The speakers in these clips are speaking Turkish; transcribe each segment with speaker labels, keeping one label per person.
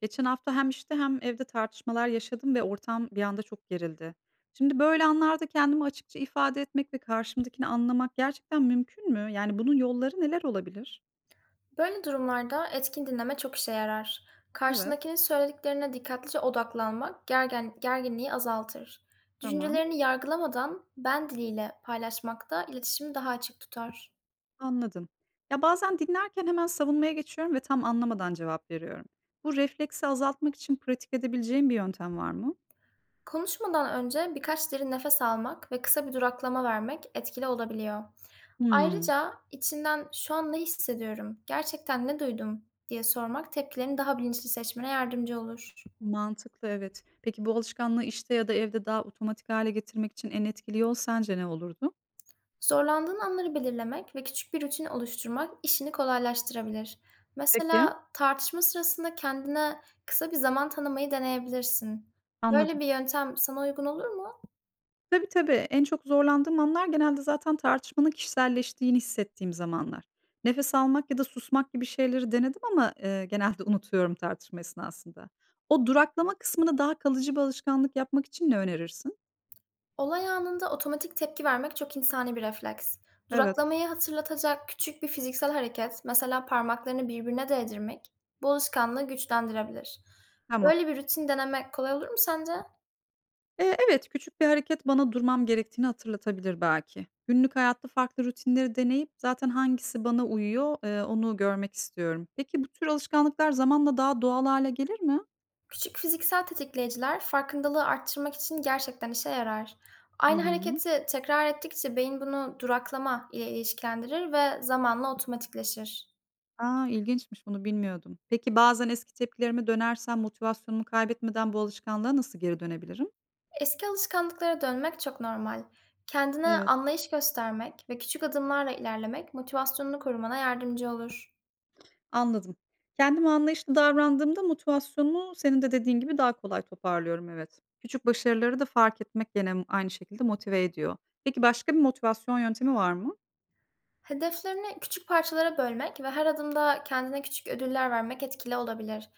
Speaker 1: Geçen hafta hem işte hem evde tartışmalar yaşadım ve ortam bir anda çok gerildi. Şimdi böyle anlarda kendimi açıkça ifade etmek ve karşımdakini anlamak gerçekten mümkün mü? Yani bunun yolları neler olabilir?
Speaker 2: Böyle durumlarda etkin dinleme çok işe yarar.
Speaker 1: Evet.
Speaker 2: Karşındakinin söylediklerine dikkatlice odaklanmak gerginliği azaltır.
Speaker 1: Tamam,
Speaker 2: Düşüncelerini yargılamadan ben diliyle paylaşmak da iletişimi daha açık tutar.
Speaker 1: anladım. Ya bazen dinlerken hemen savunmaya geçiyorum ve tam anlamadan cevap veriyorum. Bu refleksi azaltmak için pratik edebileceğim bir yöntem var mı?
Speaker 2: Konuşmadan önce birkaç derin nefes almak ve kısa bir duraklama vermek etkili olabiliyor.
Speaker 1: Hmm.
Speaker 2: Ayrıca içinden şu an ne hissediyorum, gerçekten ne duydum diye sormak tepkilerini daha bilinçli seçmene yardımcı olur.
Speaker 1: Mantıklı, evet. Peki bu alışkanlığı işte ya da evde daha otomatik hale getirmek için en etkili yol sence ne olurdu?
Speaker 2: Zorlandığın anları belirlemek ve küçük bir rutin oluşturmak işini kolaylaştırabilir.
Speaker 1: Peki.
Speaker 2: Mesela tartışma sırasında kendine kısa bir zaman tanımayı deneyebilirsin.
Speaker 1: Anladım.
Speaker 2: Böyle bir yöntem sana uygun olur mu?
Speaker 1: Tabii, tabii. En çok zorlandığım anlar genelde zaten tartışmanın kişiselleştiğini hissettiğim zamanlar. Nefes almak ya da susmak gibi şeyleri denedim ama, genelde unutuyorum tartışma esnasında. O duraklama kısmını daha kalıcı bir alışkanlık yapmak için ne önerirsin?
Speaker 2: Olay anında otomatik tepki vermek çok insani bir refleks.
Speaker 1: Evet,
Speaker 2: Duraklamayı hatırlatacak küçük bir fiziksel hareket, mesela parmaklarını birbirine değdirmek, bu alışkanlığı güçlendirebilir.
Speaker 1: tamam.
Speaker 2: Böyle bir rutin denemek kolay olur mu sence?
Speaker 1: Evet, küçük bir hareket bana durmam gerektiğini hatırlatabilir belki. Günlük hayatta farklı rutinleri deneyip zaten hangisi bana uyuyor, onu görmek istiyorum. Peki bu tür alışkanlıklar zamanla daha doğal hale gelir mi?
Speaker 2: Küçük fiziksel tetikleyiciler farkındalığı arttırmak için gerçekten işe yarar.
Speaker 1: Hı
Speaker 2: Aynı
Speaker 1: hı.
Speaker 2: hareketi tekrar ettikçe beyin bunu duraklama ile ilişkilendirir ve zamanla otomatikleşir.
Speaker 1: A, ilginçmiş, bunu bilmiyordum. Peki bazen eski tepkilerime dönersem motivasyonumu kaybetmeden bu alışkanlığa nasıl geri dönebilirim?
Speaker 2: Eski alışkanlıklara dönmek çok normal. Kendine
Speaker 1: Evet.
Speaker 2: anlayış göstermek ve küçük adımlarla ilerlemek motivasyonunu korumana yardımcı olur.
Speaker 1: Anladım. Kendime anlayışlı davrandığımda motivasyonumu senin de dediğin gibi daha kolay toparlıyorum, evet. Küçük başarıları da fark etmek gene aynı şekilde motive ediyor. Peki başka bir motivasyon yöntemi var mı?
Speaker 2: Hedeflerini küçük parçalara bölmek ve her adımda kendine küçük ödüller vermek etkili olabilir.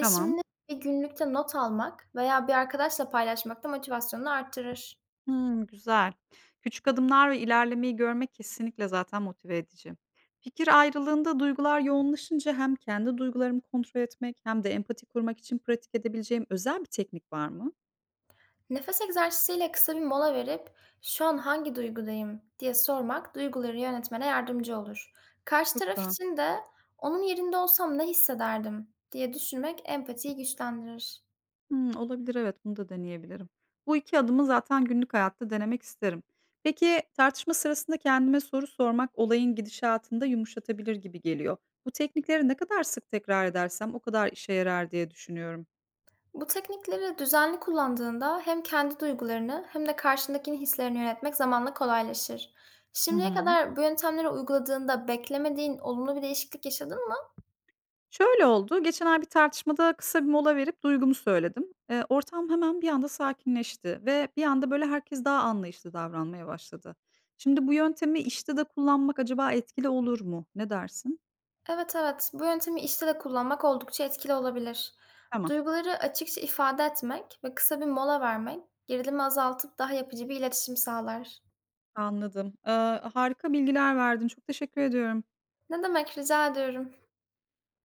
Speaker 1: Tamam.
Speaker 2: bir günlükte not almak veya bir arkadaşla paylaşmak da motivasyonunu arttırır.
Speaker 1: Hımm, güzel. Küçük adımlar ve ilerlemeyi görmek kesinlikle zaten motive edici. Fikir ayrılığında duygular yoğunlaşınca hem kendi duygularımı kontrol etmek hem de empati kurmak için pratik edebileceğim özel bir teknik var mı?
Speaker 2: Nefes egzersiziyle kısa bir mola verip "Şu an hangi duygudayım?" diye sormak duyguları yönetmene yardımcı olur. Karşı
Speaker 1: Çok
Speaker 2: taraf
Speaker 1: güzel.
Speaker 2: için de "Onun yerinde olsam ne hissederdim?" diye düşünmek empatiyi güçlendirir.
Speaker 1: Hımm, olabilir, evet, bunu da deneyebilirim. Bu 2 adımı zaten günlük hayatta denemek isterim. Peki, tartışma sırasında kendime soru sormak olayın gidişatında yumuşatabilir gibi geliyor. Bu teknikleri ne kadar sık tekrar edersem o kadar işe yarar diye düşünüyorum.
Speaker 2: Bu teknikleri düzenli kullandığında hem kendi duygularını hem de karşındakinin hislerini yönetmek zamanla kolaylaşır.
Speaker 1: Hı
Speaker 2: Şimdiye
Speaker 1: hı.
Speaker 2: kadar bu yöntemleri uyguladığında beklemediğin olumlu bir değişiklik yaşadın mı?
Speaker 1: Şöyle oldu, geçen ay bir tartışmada kısa bir mola verip duygumu söyledim. Ortam hemen bir anda sakinleşti ve bir anda böyle herkes daha anlayışlı davranmaya başladı. Şimdi bu yöntemi işte de kullanmak acaba etkili olur mu? Ne dersin?
Speaker 2: Evet, evet. Bu yöntemi işte de kullanmak oldukça etkili olabilir.
Speaker 1: Tamam,
Speaker 2: Duyguları açıkça ifade etmek ve kısa bir mola vermek gerilimi azaltıp daha yapıcı bir iletişim sağlar.
Speaker 1: anladım. Harika bilgiler verdin. Çok teşekkür ediyorum.
Speaker 2: Ne demek, rica ediyorum.